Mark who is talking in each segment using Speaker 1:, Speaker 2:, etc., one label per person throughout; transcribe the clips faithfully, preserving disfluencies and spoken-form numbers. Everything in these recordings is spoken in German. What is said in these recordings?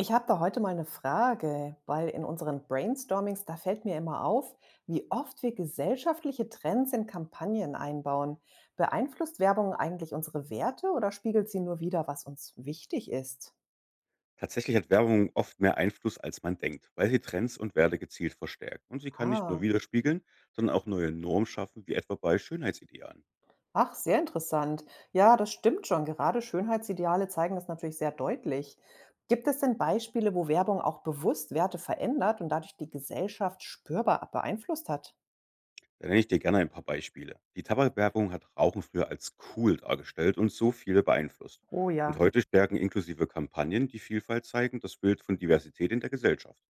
Speaker 1: Ich habe da heute mal eine Frage, weil in unseren Brainstormings, da fällt mir immer auf, wie oft wir gesellschaftliche Trends in Kampagnen einbauen. Beeinflusst Werbung eigentlich unsere Werte oder spiegelt sie nur wider, was uns wichtig ist?
Speaker 2: Tatsächlich hat Werbung oft mehr Einfluss, als man denkt, weil sie Trends und Werte gezielt verstärkt. Und sie kann nicht nur
Speaker 1: Ah,
Speaker 2: widerspiegeln, sondern auch neue Normen schaffen, wie etwa bei Schönheitsidealen.
Speaker 1: ach, sehr interessant. Ja, das stimmt schon. Gerade Schönheitsideale zeigen das natürlich sehr deutlich. Gibt es denn Beispiele, wo Werbung auch bewusst Werte verändert und dadurch die Gesellschaft spürbar beeinflusst hat?
Speaker 2: Da nenne ich dir gerne ein paar Beispiele. Die Tabakwerbung hat Rauchen früher als cool dargestellt und so viele beeinflusst.
Speaker 1: Oh
Speaker 2: Und
Speaker 1: ja.
Speaker 2: heute stärken inklusive Kampagnen, die Vielfalt zeigen, das Bild von Diversität in der Gesellschaft.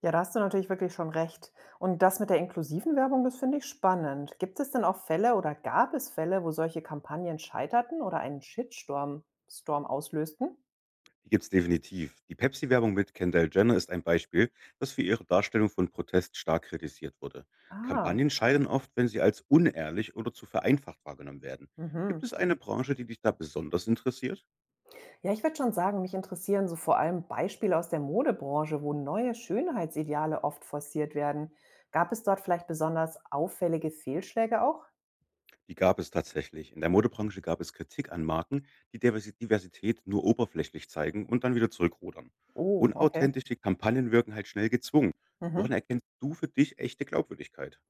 Speaker 1: Ja, da hast du natürlich wirklich schon recht. Und das mit der inklusiven Werbung, das finde ich spannend. Gibt es denn auch Fälle oder gab es Fälle, wo solche Kampagnen scheiterten oder einen Shitstorm Storm auslösten?
Speaker 2: Die gibt's definitiv. Die Pepsi-Werbung mit Kendall Jenner ist ein Beispiel, das für ihre Darstellung von Protest stark kritisiert wurde.
Speaker 1: Ah,
Speaker 2: Kampagnen scheitern oft, wenn sie als unehrlich oder zu vereinfacht wahrgenommen werden. Gibt
Speaker 1: mhm.
Speaker 2: es eine Branche, die dich da besonders interessiert?
Speaker 1: Ja, ich würde schon sagen, mich interessieren so vor allem Beispiele aus der Modebranche, wo neue Schönheitsideale oft forciert werden. Gab es dort vielleicht besonders auffällige Fehlschläge auch?
Speaker 2: Die gab es tatsächlich. In der Modebranche gab es Kritik an Marken, die Diversi- Diversität nur oberflächlich zeigen und dann wieder zurückrudern.
Speaker 1: Oh, okay.
Speaker 2: Unauthentische Kampagnen wirken halt schnell gezwungen. Woran
Speaker 1: Mhm.
Speaker 2: erkennst du für dich echte Glaubwürdigkeit?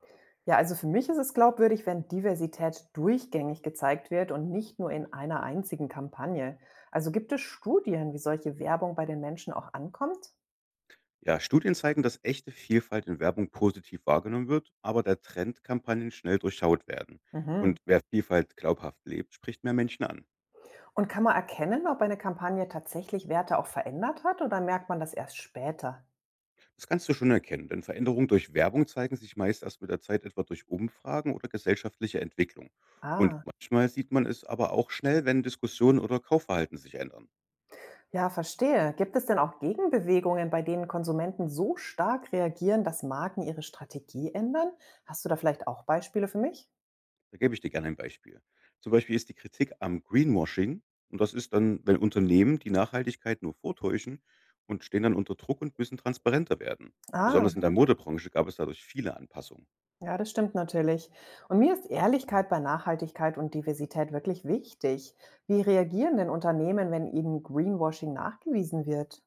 Speaker 1: Ja, also für mich ist es glaubwürdig, wenn Diversität durchgängig gezeigt wird und nicht nur in einer einzigen Kampagne. Also gibt es Studien, wie solche Werbung bei den Menschen auch ankommt?
Speaker 2: Ja, Studien zeigen, dass echte Vielfalt in Werbung positiv wahrgenommen wird, aber der Trend, Kampagnen schnell durchschaut werden.
Speaker 1: Mhm.
Speaker 2: Und wer Vielfalt glaubhaft lebt, spricht mehr Menschen an.
Speaker 1: Und kann man erkennen, ob eine Kampagne tatsächlich Werte auch verändert hat oder merkt man das erst später?
Speaker 2: Das kannst du schon erkennen, denn Veränderungen durch Werbung zeigen sich meist erst mit der Zeit etwa durch Umfragen oder gesellschaftliche Entwicklung. Und
Speaker 1: Ah,
Speaker 2: manchmal sieht man es aber auch schnell, wenn Diskussionen oder Kaufverhalten sich ändern.
Speaker 1: ja, verstehe. Gibt es denn auch Gegenbewegungen, bei denen Konsumenten so stark reagieren, dass Marken ihre Strategie ändern? Hast du da vielleicht auch Beispiele für mich?
Speaker 2: Da gebe ich dir gerne ein Beispiel. Zum Beispiel ist die Kritik am Greenwashing und das ist dann, wenn Unternehmen die Nachhaltigkeit nur vortäuschen und stehen dann unter Druck und müssen transparenter werden.
Speaker 1: Ah,
Speaker 2: Besonders in der Modebranche gab es dadurch viele Anpassungen.
Speaker 1: ja, das stimmt natürlich. Und mir ist Ehrlichkeit bei Nachhaltigkeit und Diversität wirklich wichtig. Wie reagieren denn Unternehmen, wenn ihnen Greenwashing nachgewiesen wird?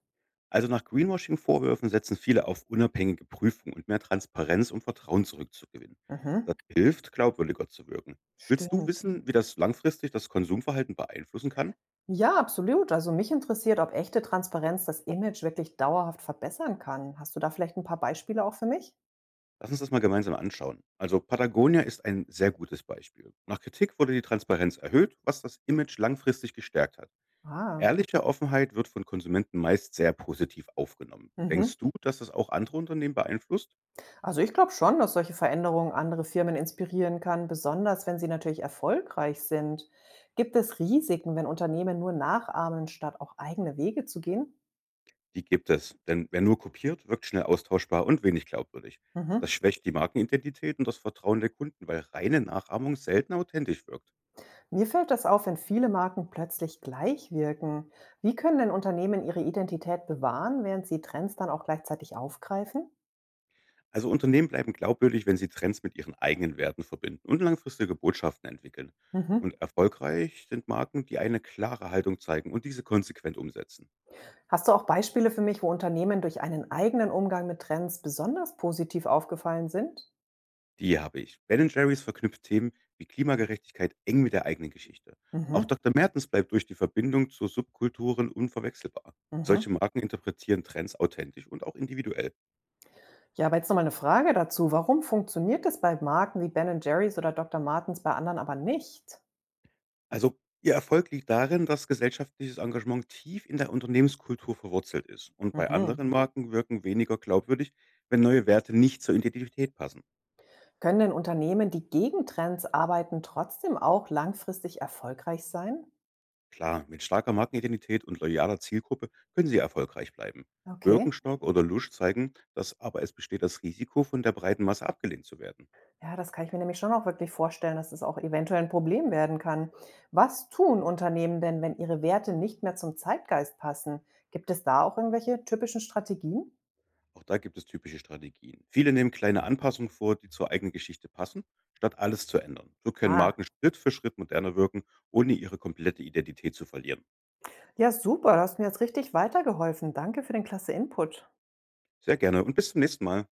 Speaker 2: Also nach Greenwashing-Vorwürfen setzen viele auf unabhängige Prüfung und mehr Transparenz, um Vertrauen zurückzugewinnen.
Speaker 1: Mhm,
Speaker 2: Das hilft, glaubwürdiger zu wirken. Willst du
Speaker 1: stimmt.
Speaker 2: wissen, wie das langfristig das Konsumverhalten beeinflussen kann?
Speaker 1: Ja, absolut. Also mich interessiert, ob echte Transparenz das Image wirklich dauerhaft verbessern kann. Hast du da vielleicht ein paar Beispiele auch für mich?
Speaker 2: Lass uns das mal gemeinsam anschauen. Also Patagonia ist ein sehr gutes Beispiel. Nach Kritik wurde die Transparenz erhöht, was das Image langfristig gestärkt hat.
Speaker 1: Ah,
Speaker 2: Ehrliche Offenheit wird von Konsumenten meist sehr positiv aufgenommen.
Speaker 1: mhm.
Speaker 2: Denkst du, dass das auch andere Unternehmen beeinflusst?
Speaker 1: Also ich glaube schon, dass solche Veränderungen andere Firmen inspirieren kann, besonders wenn sie natürlich erfolgreich sind. Gibt es Risiken, wenn Unternehmen nur nachahmen, statt auch eigene Wege zu gehen?
Speaker 2: Die gibt es, denn wer nur kopiert, wirkt schnell austauschbar und wenig glaubwürdig. Das
Speaker 1: Mhm.
Speaker 2: schwächt die Markenidentität und das Vertrauen der Kunden, weil reine Nachahmung selten authentisch wirkt.
Speaker 1: Mir fällt das auf, wenn viele Marken plötzlich gleich wirken. Wie können denn Unternehmen ihre Identität bewahren, während sie Trends dann auch gleichzeitig aufgreifen?
Speaker 2: Also Unternehmen bleiben glaubwürdig, wenn sie Trends mit ihren eigenen Werten verbinden und langfristige Botschaften entwickeln. Und
Speaker 1: Mhm.
Speaker 2: erfolgreich sind Marken, die eine klare Haltung zeigen und diese konsequent umsetzen.
Speaker 1: Hast du auch Beispiele für mich, wo Unternehmen durch einen eigenen Umgang mit Trends besonders positiv aufgefallen sind?
Speaker 2: Die habe ich. Ben Jerry's verknüpft Themen wie Klimagerechtigkeit eng mit der eigenen Geschichte. Auch
Speaker 1: Mhm.
Speaker 2: Doktor Mertens bleibt durch die Verbindung zu Subkulturen unverwechselbar.
Speaker 1: Mhm.
Speaker 2: Solche Marken interpretieren Trends authentisch und auch individuell.
Speaker 1: Ja, aber jetzt nochmal eine Frage dazu. Warum funktioniert es bei Marken wie Ben & Jerry's oder Doktor Martens, bei anderen aber nicht?
Speaker 2: Also, ihr Erfolg liegt darin, dass gesellschaftliches Engagement tief in der Unternehmenskultur verwurzelt ist und bei
Speaker 1: Mhm.
Speaker 2: anderen Marken wirken weniger glaubwürdig, wenn neue Werte nicht zur Identität passen.
Speaker 1: Können denn Unternehmen, die gegen Trends arbeiten, trotzdem auch langfristig erfolgreich sein?
Speaker 2: Klar, mit starker Markenidentität und loyaler Zielgruppe können sie erfolgreich bleiben.
Speaker 1: Okay.
Speaker 2: Birkenstock oder Lush zeigen, dass aber es besteht das Risiko, von der breiten Masse abgelehnt zu werden.
Speaker 1: Ja, das kann ich mir nämlich schon auch wirklich vorstellen, dass es auch eventuell ein Problem werden kann. Was tun Unternehmen denn, wenn ihre Werte nicht mehr zum Zeitgeist passen? Gibt es da auch irgendwelche typischen Strategien?
Speaker 2: Auch da gibt es typische Strategien. Viele nehmen kleine Anpassungen vor, die zur eigenen Geschichte passen, statt alles zu ändern. So können
Speaker 1: Ah,
Speaker 2: Marken Schritt für Schritt moderner wirken, ohne ihre komplette Identität zu verlieren.
Speaker 1: ja super, da hast mir jetzt richtig weitergeholfen. Danke für den klasse Input.
Speaker 2: Sehr gerne und bis zum nächsten Mal.